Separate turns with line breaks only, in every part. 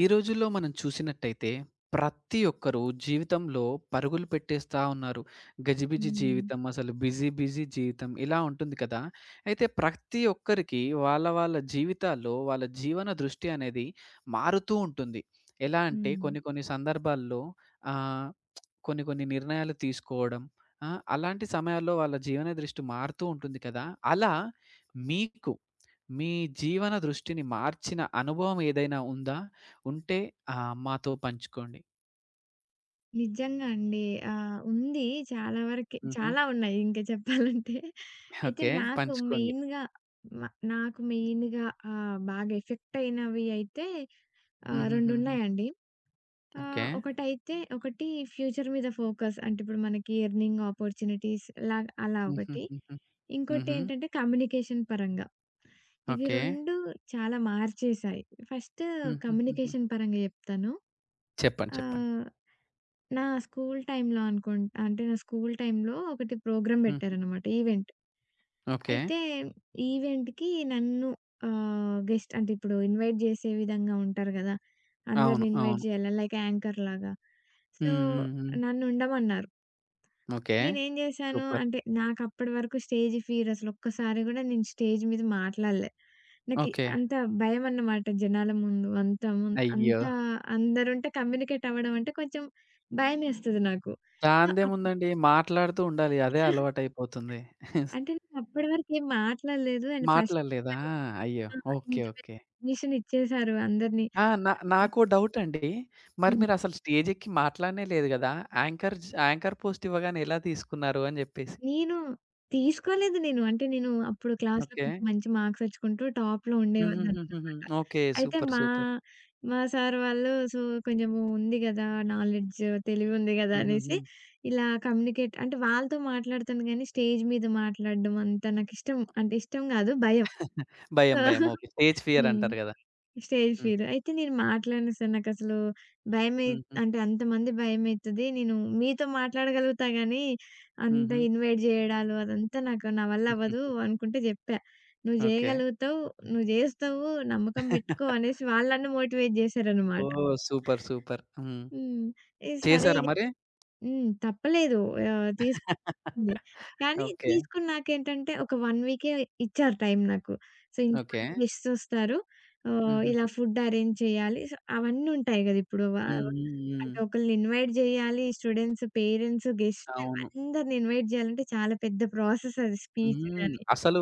ఈ రోజుల్లో మనం చూసినట్టయితే ప్రతి ఒక్కరు జీవితంలో పరుగులు పెట్టేస్తా ఉన్నారు. గజిబిజి
హ్మ్.
జీవితం, అసలు బిజీ బిజీ జీవితం ఇలా ఉంటుంది కదా! అయితే ప్రతి ఒక్కరికి వాళ్ళ వాళ్ళ జీవితాల్లో వాళ్ళ జీవన దృష్టి అనేది మారుతూ ఉంటుంది. ఎలా అంటే
హ్మ్.
కొన్ని కొన్ని సందర్భాల్లో ఆహ్, కొన్ని కొన్ని నిర్ణయాలు తీసుకోవడం ఆ! అలాంటి సమయాల్లో వాళ్ళ జీవన దృష్టి మారుతూ ఉంటుంది కదా! అలా మీకు మీ జీవన దృష్టిని మార్చిన అనుభవం ఏదైనా ఉందా? ఉంటే మాతో పంచుకోండి.
నిజంగా అండి. ఉంది చాలా వరకి.
హుహు.
చాలా ఉన్నాయి ఇంకా చెప్పాలంటే. అయితే
ఓకే. పంచుకోండి.
మ నాకు మెయిన్‌గా బాగా ఎఫెక్ట్ అయినవి అయితే 2
హుహుహుహు.
ఉన్నాయండి.
ఓకే.
ఒకటైతే ఒకటి ఫ్యూచర్ మీద ఫోకస్. అంటే ఇప్పుడు మనకి ఎర్నింగ్ ఆపర్చునిటీస్ లాగా అలా ఒకటి.
హుహుహుహు. హుహు.
ఇంకోటేంటంటే కమ్యూనికేషన్ పరంగా. ఇవి
ఓకే.
2 చాలా మార్చేశాయి. ఫస్ట్
హుహుహుహు.
కమ్యూనికేషన్ పరంగా చెప్తాను.
చెప్పండి. చెప్పండి.
ఆహ్, నా స్కూలు టైమ్‌లో అనుకుంటా. అంటే నా స్కూలు టైమ్‌లో ఒకటి ప్రోగ్రామ్
హుహు.
పెట్టారనమాట ఈవెంట్.
ఓకే.
అయితే ఈవెంట్‌కి నన్ను గెస్ట్ అంటే ఇప్పుడు ఇన్వైట్ చేసే విధంగా ఉంటారు గదా!
అవును.
అందరిని ఇన్వైట్
అవును.
చేయాలా లైక్ యాంకర్‌లాగా. సో,
హ్మ్. హ్మ్. హ్మ్.
నన్ను ఉండమన్నారు.
ఓకే.
నేనేం జేశాను
సూపర్.
అంటే, నాకప్పడి వరకు స్టేజ్ ఫియర్ అసలొక్కసారి గూడా నేను స్టేజ్ మీద మాట్లాడలే. నాకి
ఓకే.
అంత భయమన్నమాట జనాల ముందు.
అయ్యో!
అంత అందరుంటే కమ్యూనికేట్ అవ్వడం అంటే కొంచెం భయమేస్తది నాకు. సో, అప్
దానిదేముందండి, మాట్లాడుతూ ఉండాలి. అదే అలవాటయిపోతుంది.
అంటే నేనప్పడి వరకు ఏం మాట్లాడలేదు. అండ్ ఫస్ట్
మాట్లాడలేదా?
మళ్ళీ
అయ్యో!
ఆ!
ఓకే.
ఇంత పెద్ద
ఓకే.
పొజిషన్ ఇచ్చేశారు అందరిని.
ఆ! నాకో డౌటండి. మరి మీరసలు స్టేజెక్కి మాట్లాడనే లేదు గదా! యాంకర్ పోస్ట్ ఇవ్వగానే ఎలా తీసుకున్నారు అని జెప్పేసి.
నేను తీసుకోలేదు నేను. అంటే నేను అప్పుడు క్లాస్‌లో
ఓకే.
కొంచెం మంచి మార్క్స్ తెచ్చుకుంటూ టాప్‌లో
హుహుహుహుహు.
ఉండేదాన్ననమాట.
ఓకే.
అయితే
సూపర్.
మా
సూపర్.
మా సార్ వాళ్ళు సో, కొంచెము ఉంది గదా! నాలెడ్జ్, తెలివి ఉంది గదా!
హుహుహు.
అనేసి ఇలా కమ్యూనికేట్ అంటే వాళ్ళతో మాట్లాడుతాను గానీ స్టేజ్ మీద మాట్లాడడం అంత నాకిష్టం అంటే ఇష్టం గాదు భయం.
భయం,
సో
భయం. ఓకే. స్టేజ్ ఫియర్
హ్మ్.
అంటారు గదా!
స్టేజ్
హ్మ్.
ఫియర్. అయితే నేను మాట్లాడను సార్. నాకసలు భయమై
హుహు.
అంటే అంతమంది భయమైతది. నేను మీతో మాట్లాడగలుగుతా గానీ, అంత
హుహు.
ఇన్వైట్ జేయడాలు అదంతా నాకు నా వల్ల అవ్వదు అనుకుంటే జెప్పా. "నువ్వు
ఓకే.
జేయగలుగుతావు. నువ్వు జేస్తావు. నమ్మకం పెట్టుకో" అనేసి వాళ్ళు నన్ను మోటివేట్ జేశారనమాట.
ఓహ్! సూపర్. సూపర్. హ్మ్.
హ్మ్. ఇ సరే
చేసారా
ఇగ
మరి?
హ్మ్. తప్పలేదు. ఆహ్, తీస్ ఉంది. కానీ
ఓకే.
తీసుకున్నాకేంటంటే ఒక 1 వీకే ఇచ్చారు టైం నాకు. So,
okay.
ఇంతమంది గెస్ట్స్ వస్తారు.
హుహు.
ఇలా ఫుడ్ అరేంజ్ చేయాలి. సో, అవన్నీ ఉంటాయి గదా! ఇప్పుడు వ
హ్మ్. హ్మ్. హ్మ్.
అంటే ఒకళ్ళని ఇన్వైట్ జేయాలి. స్టూడెంట్స్, పేరెంట్స్, గెస్ట్స్
అవును.
అందరిని ఇన్వైట్ జేయాలంటే చాలా పెద్ద ప్రాసెస్ అది స్పీచ్
హ్మ్.
గాని.
అసలు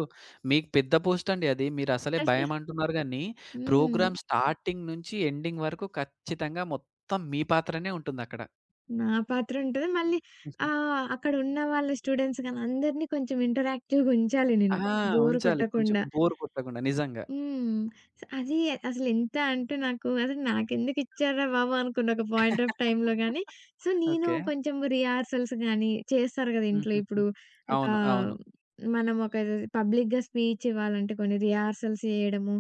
మీకు పెద్ద పోస్టండి అది. మీరసలే భయమంటున్నారు గానీ, హ్మ్,
హ్మ్.
ప్రోగ్రామ్ స్టార్టింగ్ నుంచి ఎండింగ్ వరకు ఖచ్చితంగా మొత్తం మీ పాత్రనే ఉంటుందక్కడ.
నా పాత్ర ఉంటది. మళ్ళీ
హుహు.
అక్కడున్న వాళ్ళ స్టూడెంట్స్ గాని అందరిని కొంచెం ఇంటరాక్టివ్‌గా ఉంచాలి
ఆ!
నేను. బోర్
ఉంచాలి కొంచెం
కొట్టకుండా.
బోర్ కొట్టకుండా నిజంగా.
హ్మ్. స అది అసలెంత అంటే నాకు అసలు నాకెందుకిచ్చార్రా బాబు! అనుకున్న ఒక పాయింట్ ఆఫ్ టైమ్‌లో గానీ, సో, నేను
ఓకే.
కొంచెం రిహార్సల్స్ గానీ చేస్తారు గదా ఇంట్లో.
హుహుహు.
ఇప్పుడు ఒక
అవును. అవును.
మనం ఒక పబ్లిక్‌గా స్పీచ్ ఇవ్వాలంటే కొన్ని రిహార్సల్స్ చేయడము,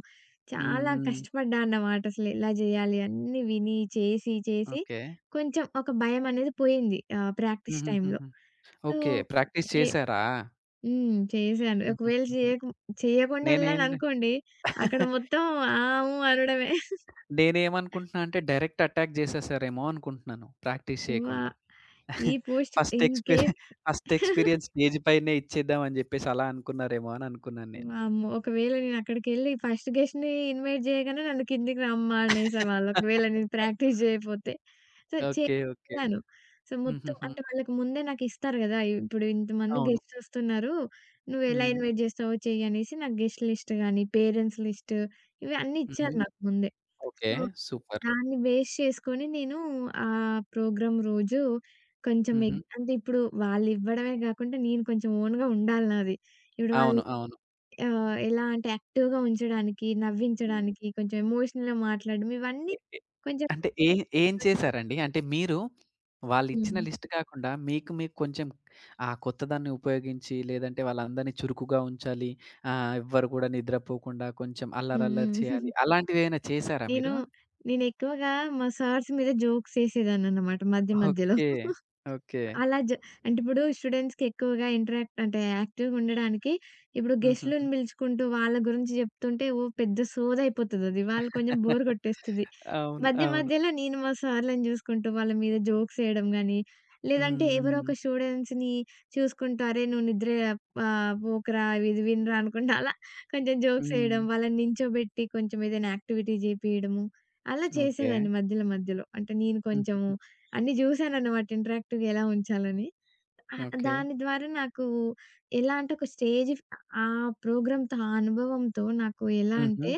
హ్మ్.
చాలా
హ్మ్.
కష్టపడ్డా అన్నమాట అసలు ఎలా జేయాలి అన్నీ విని, చేసి, చేసి
ఓకే.
కొంచెం ఒక భయమనేది పోయింది ప్రాక్టీస్ టైమ్‌లో.
హుహుహుహు.
So,
okay. ప్రాక్టీస్
ఎ
చేసారా?
హ్మ్. చేశాను. ఒకవేళ
హుహుహుహు.
చేయకు చేయకుండా
నేనేంటి
ఎళ్ళాననుకోండి, అక్కడ మొత్తం ఆ! ఊ అనడమే.
నేనేమనుకుంటున్నా అంటే డైరెక్ట్ అటాక్ జేసేసారేమో అనుకుంటున్నాను ప్రాక్టీస్
అమ్మ!
చేయకుండా.
ఈ పోస్ట్
ఫస్ట్
ఇన్
ఎక్స్‌పీరి
కేస్
ఫస్ట్ ఎక్స్‌పీరియన్స్ స్టేజ్ పైనే ఇచ్చేద్దాం అని జెప్పేసి అలా అనుకున్నారేమో అని అనుకున్నాను నేను.
వామ్మో! ఒకవేళ నేను అక్కడికెళ్ళి ఫస్ట్ గెస్ట్‌ని ఇన్వైట్ చేయగానే నన్ను కిందికి రమ్మా అనేసేవాళ్ళు. ఒకవేళ నేను ప్రాక్టీస్ చేయకపోతే. So,
okay. ఓకే.
చేశాను. సో, మొత్తం
హుహుహు.
అంటే వాళ్ళకి ముందే నాకిస్తారు గదా! ఇప్పుడు ఇంతమంది
అవును.
గెస్ట్స్ వస్తున్నారు. నువ్వు ఎలా
హ్మ్.
ఇన్వైట్ చేస్తావో చెయ్యనేసి నాకు గెస్ట్ లిస్ట్ గాని, పేరెంట్స్ లిస్ట్ ఇవి అన్నీ
హుహు.
ఇచ్చారు నాకు ముందే.
ఓకే.
So
super.
దాన్ని బేస్ చేసుకొని నేను ఆ ప్రోగ్రామ్ రోజు కొంచెం
హుహు.
ఎగ్ అంటే ఇప్పుడు వాళ్ళివ్వడమే గాకుండా నేను కొంచెం ఓన్‌గా ఉండాలి నాది. ఇప్పుడు వాళ్ళు
అవును. అవును.
ఎలా అంటే యాక్టివ్‌గా ఉంచడానికి, నవ్వించడానికి, కొంచెం ఎమోషనల్‌గా మాట్లాడడం
ఎ
ఇవన్నీ
ఎ
కొంచెం
అంటే ఏ ఏం చేశారండి? అంటే మీరు వాళ్ళిచ్చిన
హ్మ్.
లిస్ట్ కాకుండా మీకు మీకు కొంచెం ఆ కొత్తదాన్ని ఉపయోగించి లేదంటే వాళ్ళందరిని చురుకుగా ఉంచాలి. ఎవ్వరు కూడా నిద్రపోకుండా కొంచెం
హ్మ్.
అల్లరల్లరి
హ్మ్.
చేయాలి. అలాంటివేమైనా చేశారా
నేను
మీరు?
నేనెక్కువగా మా సార్స్ మీద జోక్స్ ఏసేదాన్ననమాట మధ్య మధ్యలో.
ఓకే. ఓకే.
అలా జ అంటే ఇప్పుడు స్టూడెంట్స్‌కి ఎక్కువగా ఇంటరాక్ట్ అంటే యాక్టివ్‌గా ఉండడానికి ఇప్పుడు
హుహుహు.
గెస్ట్‌లను పిలుచుకుంటూ వాళ్ళ గురించి జెప్తుంటే ఓ పెద్ద సోదయిపోతదది. వాళ్ళు కొంచెం బోర్ గొట్టేస్తది.
అవును.
మధ్య
అవును.
మధ్యలో నేను మా సార్‌లని జూసుకుంటూ వాళ్ళ మీద జోక్స్ ఏయడం గానీ, లేదంటే ఎవరో
హ్మ్.
ఒక స్టూడెంట్స్‌ని చూసుకుంటూ "అరే! నువ్వు నిద్ర పోకురా ఇది వినరా" అనుకుంటా అలా కొంచెం
హ్మ్.
జోక్స్ ఏయడం,
హ్మ్.
వాళ్ళని నించోబెట్టి కొంచెం ఏదైనా యాక్టివిటీ జేపియడము. అలా
ఓకే.
చేసేదాన్ని మధ్యలో మధ్యలో. అంటే నేను కొంచెము
హుహుహు.
అన్నీ జూసానన్నమాట ఇంటరాక్టివ్‌గా ఎలా ఉంచాలని.
ఓకే.
దాని ద్వారా నాకు ఎలా అంటే ఒక స్టేజ్ ఫ్ ఆ ప్రోగ్రామ్‌తో, ఆ అనుభవంతో నాకు ఎలా
హుహు.
అంటే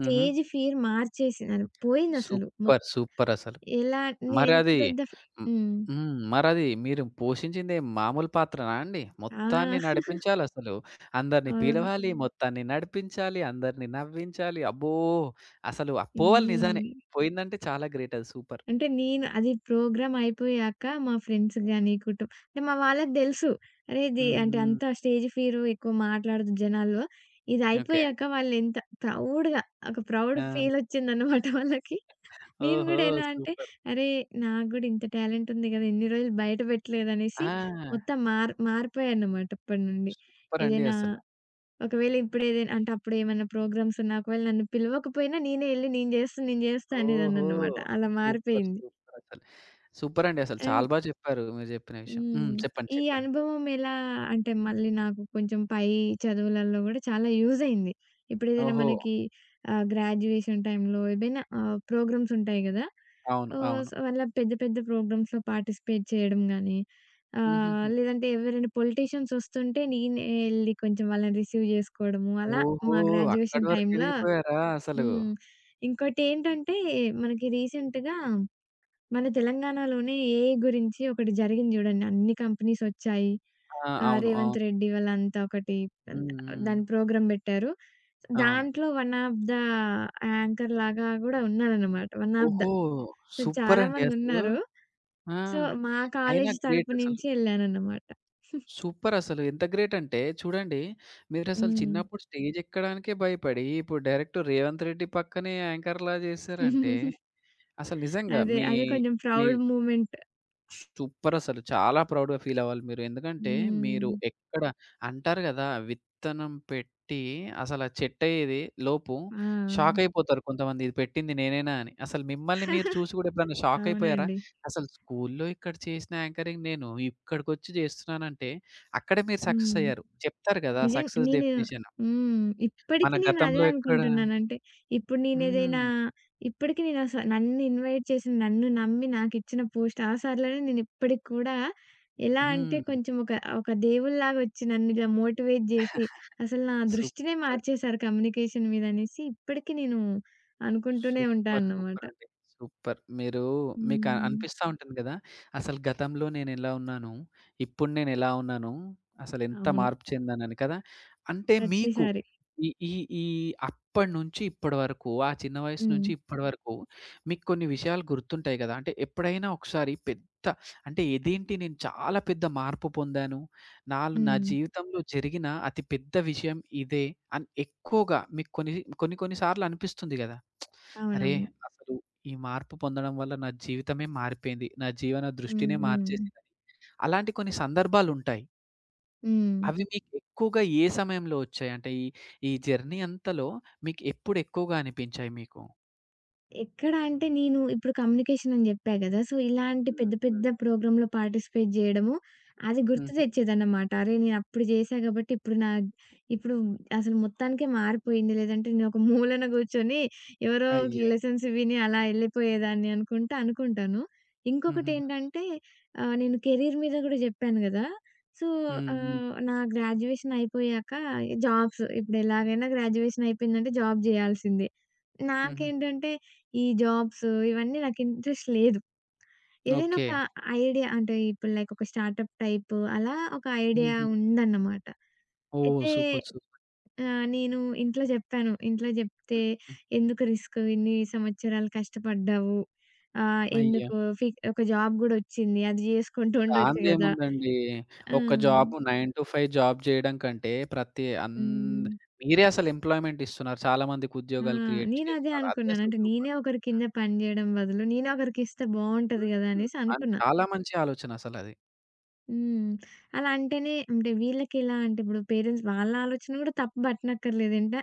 హుహు.
ఫియర్ మార్చేసిందని పోయిందసలు. మొత్
సూపర్. సూపరసలు.
ఎలా నేను ఎంత
మరది
పెద్ద
హ్మ్.
హ్మ్.
హ్మ్. మరది మీరు పోషించింది మామూలు పాత్రనా అండి? మొత్తాన్ని
ఆ!
నడిపించాలసలు. అందరిని
అవును.
పిలవాలి, మొత్తాన్ని నడిపించాలి, అందరిని నవ్వించాలి. అబ్బో! అసలు ఆ పోవాలి నిజానే.
హ్మ్.
పోయిందంటే చాలా గ్రేట్ అది సూపర్.
అంటే నేను అది ప్రోగ్రామ్ అయిపోయాక మా ఫ్రెండ్స్
హ్మ్.
గాని, కుటుం అంటే మా వాళ్ళకి తెలుసు. అరే! ఇది అంటే
హ్మ్.
అంత స్టేజ్ ఫియర్ ఎక్కువ మాట్లాడొద్దు జనాల్లో. ఇది
ఓకే.
అయిపోయాక వాళ్ళు ఎంత ప్రౌడ్‌గా ఒక ప్రౌడ్ ఫీల్
ఆ!
వచ్చిందన్నమాట వాళ్ళకి. నేను
ఓహో!
గూడా ఎలా అంటే,
సూపర్.
అరే! నాకు గూడా ఇంత టాలెంట్ ఉంది గదా! ఇన్ని రోజులు బయట పెట్టలేదనేసి
ఆ!
మొత్తం మారిపోయానన్నమాట అప్పటినుండి.
సూపరండి
ఏదైనా
అసలు.
ఒకవేళ ఇప్పుడు ఏదైనా అంటే అప్పుడు ఏమన్నా ప్రోగ్రామ్స్ ఉన్నా ఒకవేళ నన్ను పిలవకపోయినా నేనే ఎళ్లి నేను జేస్తా
ఓహో!
అనేదాన్నన్నమాట. అలా
సూపర్.
మారిపోయింది.
సూపర్ అసలు. సూపరండి అసలు. చాలా
అండ్
బా చెప్పారు మీరు చెప్పిన విషయం. హ్మ్.
హ్మ్.
చెప్పండి.
ఈ
చెప్పండి.
అనుభవం ఎలా అంటే మళ్ళీ నాకు కొంచెం పై చదువులలో గూడా చాలా యూజ్ అయింది. ఇప్పుడేదైనా
ఓహో!
మనకి గ్రాడ్యుయేషన్ టైమ్‌లో ఏదైనా ప్రోగ్రామ్స్ ఉంటాయి గదా!
అవును. అవును.
సో, అలా పెద్ద పెద్ద ప్రోగ్రామ్స్‌లో పార్టిసిపేట్ చేయడం గానీ,
హుహుహు.
లేదంటే ఎవరైనా పొలిటీషియన్స్ వస్తుంటే నేనే ఎళ్లి కొంచెం వాళ్ళని రిసీవ్ జేసుకోవడము. అలా
ఓహో!
మా
అక్కడి
గ్రాడ్యుయేషన్
వరకు
టైమ్‌లో
ఎదిగిపోయారా అసలు?
హ్మ్. ఇంకోటేంటంటే మనకి రీసెంట్‌గా మన తెలంగాణలోనే ఏఐ గురించి ఒకటి జరిగింది జూడండి. అన్ని కంపెనీసొచ్చాయి.
ఆ! అవును.
రేవంత్
అవును.
రెడ్డి వాళ్ళంతా ఒకటి ఆహ్,
హ్మ్. హ్మ్.
దాని ప్రోగ్రామ్ బెట్టారు.
అవును.
దాంట్లో వన్ ఆఫ్ ద యాంకర్ లాగా గూడా ఉన్నాడనమాట. One of the.
ఓహో!
సో, చాలా
సూపరండి అసలు.
మందున్నారు.
ఆ!
సో, మా
అయినా
కాలేజీ
గ్రేట్
తరపు
అసలు.
నుంచి ఎళ్ళాననమాట.
సూపర్ అసలు. ఎంత గ్రేట్ అంటే చూడండి, మీరసలు
హ్మ్.
చిన్నప్పుడు స్టేజ్ ఎక్కడానికే భయపడి ఇప్పుడు డైరెక్ట్ 'రేవంత్ రెడ్డి' పక్కనే యాంకర్‌లా చేసారంటే అసలు నిజంగా
అదే.
మీ
అదే కొంచెం
మీ
ప్రౌడ్ మూమెంట్.
సూపర్ అసలు. చాలా ప్రౌడ్‌గా ఫీల్ అవ్వాలి మీరు. ఎందుకంటే మీరు
హ్మ్.
ఎక్కడ అంటారు గదా! విత్తనం పెట్టి అసలు ఆ చెట్టయ్యేది లోపు
ఆ!
షాక్ అయిపోతారు కొంతమంది. ఇది పెట్టింది నేనేనా అని. అసలు మిమ్మల్ని మీరు చూసి గూడా ఎప్పుడైనా షాక్ అయిపోయారా?
అవునండి.
అసలు స్కూల్‌లో ఇక్కడ చేసిన యాంకరింగ్ నేను ఇక్కడికొచ్చి చేస్తున్నానంటే అక్కడే మీరు సక్సెస్
హ్మ్.
అయ్యారు. చెప్తారు గదా!
నిజం
సక్సెస్
నేను
డెఫినిషన్.
హ్మ్.
మన
ఇప్పటికి నేను అదే
గతంలో ఎక్కడ
అనుకుంటున్నాను. అంటే ఇప్పుడు నేనేదైనా
హ్మ్.
ఇప్పటికి నేను అస నన్ను ఇన్వైట్ చేసి, నన్ను నమ్మి నాకిచ్చిన పోస్ట్ ఆ సార్‌లోనే నేను ఇప్పటికి కూడా ఎలా అంటే
హ్మ్.
కొంచెం ఒక, ఒక దేవుడిలాగా వచ్చి నన్ను ఇలా మోటివేట్ చేసి, అసలు నా దృష్టినే
సూపర్.
మార్చేశారు కమ్యూనికేషన్ మీద అనేసి ఇప్పటికి నేను అనుకుంటూనే ఉంటా
సూపర్.
అన్నమాట.
సూపరండి. సూపర్. మీరు మీకు అ
హ్మ్.
అనిపిస్తా ఉంటుంది గదా! అసలు గతంలో నేనెలా ఉన్నాను? ఇప్పుడు నేనెలా ఉన్నాను? అసలెంత
అవును.
మార్పు చెందానని కదా! అంటే మీకు
ప్రతిసారి.
ఈ ఈ ఈ అప్పటినుంచి ఇప్పటి వరకు, ఆ చిన్న వయసు
హ్మ్.
నుంచి ఇప్పటి వరకు మీకు కొన్ని విషయాలు గుర్తుంటాయి గదా! అంటే ఎప్పుడైనా ఒకసారి పెద్ద అంటే ఇదేంటి, నేను చాలా పెద్ద మార్పు పొందాను. నాలో, నా
హ్మ్.
జీవితంలో జరిగిన అతి పెద్ద విషయం ఇదే అని ఎక్కువగా మీకు కొన్ని కొన్ని కొన్ని సార్లు అనిపిస్తుంది గదా! అరే!
అవునవును.
అసలు ఈ మార్పు పొందడం వల్ల నా జీవితమే మారిపోయింది. నా జీవన
హ్మ్.
దృష్టినే
హ్మ్.
మార్చేసిందని. అలాంటి కొన్ని సందర్భాలుంటాయి.
హ్మ్.
అవి మీకు ఎక్కువగా ఏ సమయంలో వచ్చాయి? అంటే ఈ ఈ జర్నీ అంతలో మీకు ఎప్పుడు ఎక్కువగా అనిపించాయి మీకు?
ఎక్కడ అంటే నేను ఇప్పుడు కమ్యూనికేషన్ అని జెప్పా గదా! సో, ఇలాంటి
హ్మ్.
పెద్ద
హ్మ్.
పెద్ద ప్రోగ్రామ్‌లో పార్టిసిపేట్ జేయడము అది గుర్తు
హుహు.
తెచ్చేదన్నమాట. అరే! నేను అప్పుడు జేశా గాబట్టి ఇప్పుడు అసలు మొత్తానికే మారిపోయింది. లేదంటే నేనొక మూలన గూర్చొని ఎవరో
అయ్యో!
లెసన్స్ విని అలా ఎళ్ళిపోయేదాన్ని అనుకుంటాను.
హుహుహు.
ఇంకొకటేంటంటే నేను కెరీర్ మీద గూడా జెప్పాను గదా! సో,
హ్మ్. హ్మ్.
నా గ్రాడ్యుయేషన్ అయిపోయాక జాబ్స్ ఇప్పుడు ఎలాగైనా గ్రాడ్యుయేషన్ అయిపోయిందంటే జాబ్ జేయాల్సిందే.
హుహు.
నాకేంటంటే ఈ జాబ్స్ ఇవన్నీ నాకు ఇంట్రెస్ట్ లేదు. ఏదైనా
ఓకే.
ఒక ఐడియా అంటే ఇప్పుడు లైక్ ఒక స్టార్టప్ టైప్ అలా ఒక ఐడియా
హుహు.
ఉందన్నమాట.
ఓహ్!
అయితే
సూపర్. సూపర్.
నేను ఇంట్లో జెప్పాను. ఇంట్లో జెప్తే
హ్మ్.
"ఎందుకు రిస్క్ ఇన్ని సంవత్సరాలు కష్టపడ్డావు. ఆహ్,
అయ్యో!
ఎందుకు ఫి ఒక జాబ్ గూడొచ్చింది. అది జేసుకుంటూ ఉండొచ్చు గదా!"
దాందేముందండి.
ఆ!
ఒక జాబు, 9 టు 5 జాబ్ జేయడం కంటే ప్రతి అంద
హ్మ్.
మీరే అసలు ఎంప్లాయ్‌మెంట్ ఇస్తున్నారు. చాలా మందికి
ఆ!
ఉద్యోగాలు క్రియేట్
నేనదే
చేస్తున్నారు. అదే
అనుకున్నాను.
అసలు
అంటే నేనే
సూపర్.
ఒకరి కింద పని జేయడం బదులు నేనే ఒకరికిస్తే బావుంటది గదా!
హ్మ్.
అనేసి
అది
అనుకున్నా.
చాలా మంచి ఆలోచన అసలది.
హ్మ్. అలా అంటేనే అంటే వీళ్ళకెలా అంటే ఇప్పుడు పేరెంట్స్ వాళ్ళ ఆలోచన గూడా తప్పు పట్టనక్కర్లేదంట.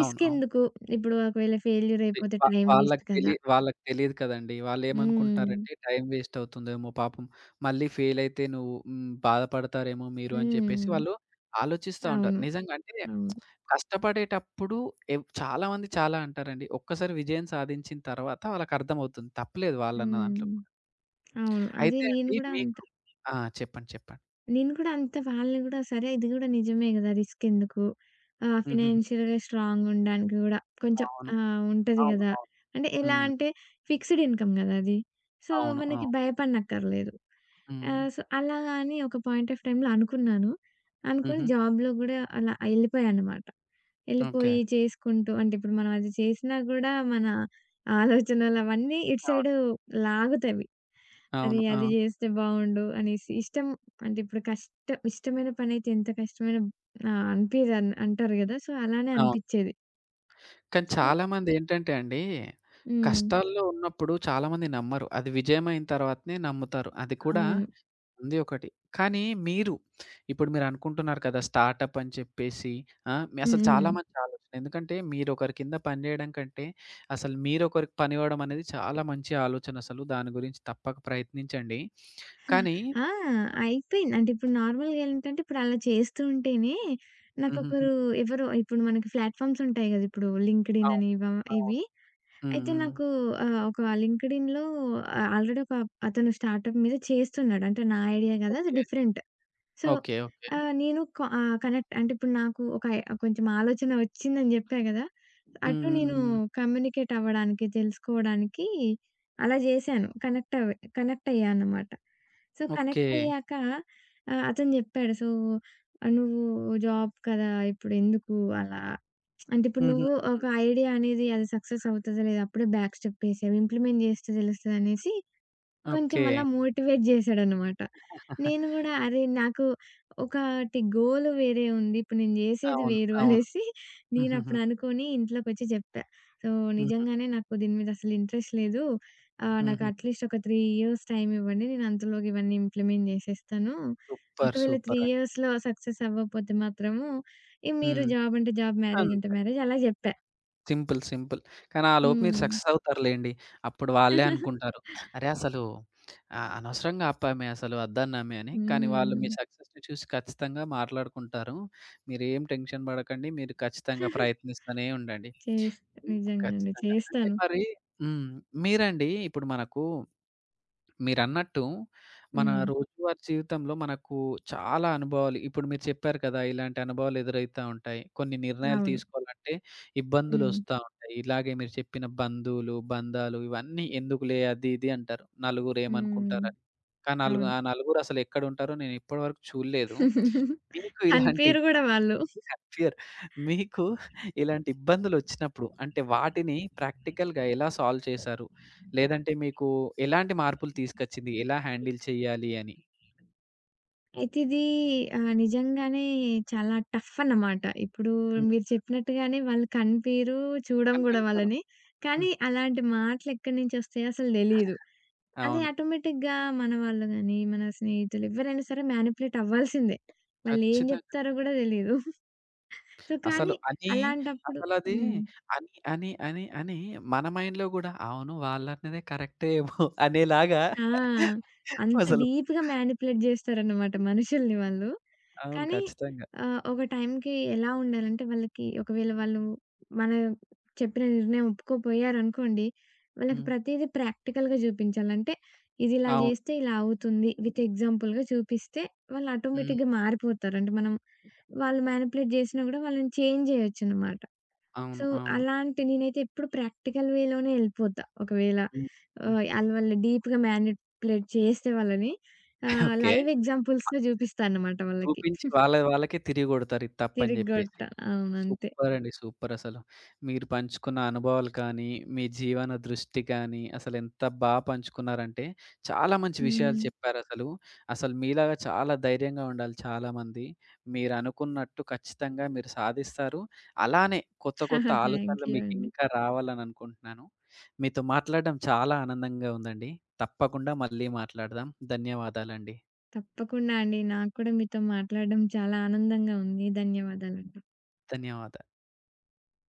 అవును. అవును.
ఎందుకు? ఇప్పుడు ఒకవేళ ఫెయిల్యూర్
తె
అయిపోతే
వా
టైమ్
వాళ్ళకి
వేస్ట్
తెలి
కదా!
వాళ్ళకి తెలీదు కదండీ.
హ్మ్.
వాళ్ళేమనుకుంటున్నారంటే టైం వేస్ట్ అవుతుందేమో పాపం. మళ్ళీ ఫెయిల్ అయితే నువ్వు హ్మ్, బాధపడతారేమో మీరు అని చెప్పేసి
హ్మ్.
వాళ్ళు ఆలోచిస్తా ఉంటారు.
అవును.
నిజంగా అంటే
అవును.
కష్టపడేటప్పుడు ఎవ్ చాలామంది చాలా అంటారండి. ఒక్కసారి విజయం సాధించిన తర్వాత వాళ్ళకర్థమవుతుంది. తప్పులేదు వాళ్ళన్న దాంట్లో
హ్మ్.
కూడా.
అవును. అదే
అయితే
నేను
అండి
గూడా
మీకు ఆ! చెప్పండి. చెప్పండి.
నేను కూడా అంతే వాళ్ళని గూడా సరే ఇది గూడా నిజమే గదా! రిస్కెందుకు?
హుహుహు.
ఫైనాన్షియల్‌గా స్ట్రాంగ్ ఉండడానికి గూడా కొంచెం
అవును.
ఉంటది
అవును.
గదా!
అవును.
అంటే ఎలా
హ్మ్.
అంటే ఫిక్స్‌డ్ ఇన్‌కమ్ గదా! అది. సో,
అవును.
మనకి
అవును.
భయపడనక్కర్లేదు.
హ్మ్.
సో, అలాగా అని ఒక పాయింట్ ఆఫ్ టైమ్‌లో అనుకున్నాను. అనుకోని
హుహు.
జాబ్‌లో గూడా అలా ఎళ్ళిపోయాననమాట.
ఓకే.
ఎళ్ళిపోయి చేసుకుంటూ అంటే ఇప్పుడు మనం అది చేసినా గూడా మన ఆలోచనలు అవన్నీ ఇటు
అవును.
సైడు లాగుతవి.
అవును.
అది
అవును.
జేస్తే బావుండు అనేసి. ఇష్టం అంటే ఇప్పుడు కష్ట ఇష్టమైన పనైతే ఎంత కష్టమైన అనిపియదన్ అంటారు గదా! సో, అలానే
అవును.
అనిపిచ్చేది.
కానీ
సో
చాలామందేంటంటే అండి,
హ్మ్.
కష్టాల్లో ఉన్నప్పుడు చాలామంది నమ్మరు. అది విజయమైన తర్వాతనే నమ్ముతారు. అది కూడా
అవును.
ఉంది ఒకటి. కానీ మీరు ఇప్పుడు మీరనుకుంటున్నారు కదా! స్టార్టప్ అని చెప్పేసి ఆ! మీ
హ్మ్.
అసలు చాలా
హ్మ్.
మంచి ఆలోచన. ఎందుకంటే మీరొకరి కింద పనిజేయడం కంటే, అసలు మీరొకరికి పనివ్వడం అనేది చాలా మంచి ఆలోచన అసలు. దాని గురించి తప్పక ప్రయత్నించండి. కానీ
ఆ! అయిపోయింది. అంటే ఇప్పుడు నార్మల్‌గా ఏంటంటే ఇప్పుడు అలా చేస్తూ ఉంటేనే
హుహుహు.
నాకొకరు ఎవరో ఇప్పుడు మనకి ప్లాట్‌ఫార్మ్స్ ఉంటాయి గదా! ఇప్పుడు లింక్డ్ఇన్
అవును.
అని ఇవ
అవును.
ఇవి.
హ్మ్.
అయితే
హ్మ్.
నాకు ఒక లింక్డ్ఇన్‌లో ఆల్రెడీ ఒక అతను స్టార్టప్ మీద చేస్తున్నాడు. అంటే నా ఐడియా గాదు అది
okay.
Different. So,
okay. Okay.
ఆహ్, నేను క ఆహ్, కనెక్ట్ అంటే ఇప్పుడు నాకు ఒక ఐ కొంచెం ఆలోచన వచ్చిందని జెప్పా గదా!
హ్మ్.
అటు
హ్మ్.
నేను
హ్మ్.
కమ్యూనికేట్ అవ్వడానికి, తెలుసుకోవడానికి అలా జేశాను. కనెక్ట్ అయ్యాననమాట. So,
okay.
కనెక్ట్ అయ్యాక అతను జెప్పాడు. సో, "నువ్వు జాబ్ కదా! ఇప్పుడెందుకు అలా? అంటే ఇప్పుడు నువ్వు
హుహుహు.
ఒక ఐడియా అనేది అది సక్సెస్ అవుతదా లేదా? అప్పుడే బ్యాక్ స్టెప్ ఏసావు. ఇంప్లిమెంట్ జేస్తే తెలుస్తదనేసి" కొంచెం
ఓకే.
అలా మోటివేట్ జేశాడనమాట. నేను గూడా అరే! నాకు ఒకటి గోల్ వేరే ఉంది. ఇప్పుడు నేను జేసేది
అవును.
వేరు
అవును.
అనేసి
హుహుహు.
నేనప్పుడు అనుకోని ఇంట్లోకొచ్చి జెప్పా. సో,
హుహు.
నిజంగానే నాకు దీని మీద అసలు ఇంట్రెస్ట్ లేదు. నాకు
హుహు.
అట్‌లీస్ట్ ఒక 3 ఇయర్స్ టైమ్ ఇవ్వండి. నేను అంతలోకి ఇవన్నీ ఇంప్లిమెంట్ జేసేస్తాను.
సూపర్.
ఒకవేళ 3
సూపర్ అండి.
ఇయర్స్‌లో సక్సెస్ అవ్వకపోతే మాత్రము ఇగ మీరు
హ్మ్.
జాబ్ అంటే జాబ్, మ్యారేజ్ అంటే
అంతే.
మ్యారేజ్ అలా జెప్పా.
సింపుల్. సింపుల్. కానీ ఆలోపు మీరు
హ్మ్.
సక్సెస్ అవుతారులెండి. అప్పుడు వాళ్ళే
హ్మ్.
అనుకుంటారు. అరే! అసలు అనవసరంగా ఆపామే అసలు వద్దన్నామే అని. కానీ వాళ్ళు మీ సక్సెస్‌ని చూసి ఖచ్చితంగా మాట్లాడుకుంటారు. మీరేం టెన్షన్ పడకండి. మీరు ఖచ్చితంగా ప్రయత్నిస్తూనే ఉండండి.
చేస్ నిజంగానే.
ఖచ్చితంగా. అంటే
చేస్తాను.
మరి హ్మ్. మీరండి ఇప్పుడు మనకు మీరన్నట్టు మన
హ్మ్.
రోజువారీ జీవితంలో మనకు చాలా అనుభవాలు ఇప్పుడు మీరు చెప్పారు కదా! ఇలాంటి అనుభవాలు ఎదురైతా ఉంటాయి. కొన్ని నిర్ణయాలు
అవును.
తీసుకోవాలంటే
హ్మ్.
ఇబ్బందులొస్తా ఉంటాయి. ఇలాగే మీరు చెప్పిన బంధువులు, బంధాలు ఇవన్నీ ఎందుకులే అది ఇది అంటారు.
హ్మ్.
నలుగురేమనుకుంటారని. కానీ
అవును.
నలుగురు అసలెక్కడుంటారో నేనిప్పటి వరకు చూడలేదు. మీకు ఇలాంటి
కనిపియరు గూడా వాళ్ళు.
ఫియర్. మీకు ఇలాంటి ఇబ్బందులొచ్చినప్పుడు అంటే వాటిని ప్రాక్టికల్‌గా ఎలా సాల్వ్ చేశారు? లేదంటే మీకు ఎలాంటి మార్పులు తీసుకొచ్చింది? ఎలా హ్యాండిల్ చేయాలి అని?
అయితే ఇది నిజంగానే చాలా టఫ్ అన్నమాట. ఇప్పుడు
హ్మ్.
మీరు చెప్పినట్టుగానే వాళ్ళు కనిపియరు, చూడం గూడా
కనిపించారు.
వాళ్ళని.
హ్మ్.
కానీ అలాంటి మాటలు ఎక్కడి నుంచొస్తాయో అసలు తెలీదు. అది
అవును.
ఆటోమేటిక్‌గా మన వాళ్ళు గాని, మన స్నేహితులు ఎవ్వరైనా సరే మ్యానిపులేట్ అవ్వాల్సిందే. వాళ్ళేం
ఖచ్చితంగా.
జెప్తారో గూడా తెలీదు. సో,
అసలు
కానీ
అని
అలాంటప్పుడు
అసలది
హ్మ్.
అని మన మైండ్‌లో గూడా అవును వాళ్ళన్నదే కరెక్టే ఏమో అనేలాగా
ఆ! అంత
అసలు
డీప్‌గా మ్యానిప్యులేట్ జేస్తారనమాట మనుషుల్ని వాళ్ళు.
అవును.
కానీ
ఖచ్చితంగా.
ఒక టైంకి ఎలా ఉండాలంటే వాళ్ళకి ఒకవేళ వాళ్ళు మన చెప్పిన నిర్ణయం ఒప్పుకోపోయారనుకోండి, వాళ్ళకి
హ్మ్.
ప్రతీదీ ప్రాక్టికల్‌గా జూపించాలి. అంటే ఇది ఇలా
అవును.
జేస్తే ఇలా అవుతుంది. విత్ ఎగ్జాంపుల్‌గా చూపిస్తే వాళ్ళు
హ్మ్.
ఆటోమేటిక్‌గా మారిపోతారు. అంటే మనం వాళ్ళు మ్యానిప్యులేట్ జేసినా గూడా వాళ్ళని చేంజ్ జేయొచ్చనమాట.
అవును.
సో,
అవును.
అలాంటి నేనైతే ఎప్పుడు ప్రాక్టికల్ వేలోనే ఎళ్ళిపోతా. ఒకవేళ
హ్మ్. హ్మ్.
ఆహ్, ఆళ్ళు వాళ్ళు డీప్‌గా మ్యానిపులేట్ చేస్తే వాళ్ళని
ఓకే.
లైవ్ ఎగ్జాంపుల్స్‌తో చూపిస్తా అన్నమాట వాళ్ళకి.
చూపించి వాళ్ళ వాళ్ళకే తిరిగి కొడతారు ఇది తప్పని జెప్పేసి.
తిరగ్గొట్ట. అవును. అంతే.
సూపరండి. సూపరసలు. మీరు పంచుకున్న అనుభవాలు కానీ, మీ జీవన దృష్టి కానీ, అసలెంత బా పంచుకున్నారంటే, చాలా మంచి
హుహు.
విషయాలు చెప్పారసలు. అసలు అసలు మీలాగా చాలా ధైర్యంగా ఉండాలి చాలామంది. మీరనుకున్నట్టు ఖచ్చితంగా మీరు సాధిస్తారు. అలానే కొత్త కొత్త
థ్యాంక్
ఆలోచనలు
యూ అండి.
మీకింకా రావాలననుకుంటున్నాను. మీతో మాట్లాడడం చాలా ఆనందంగా ఉందండి. తప్పకుండా మళ్ళీ మాట్లాడదాం. ధన్యవాదాలండి.
తప్పకుండా అండి. నాకు కూడా మీతో మాట్లాడడం చాలా ఆనందంగా ఉంది. ధన్యవాదాలండి.
ధన్యవాదాలు.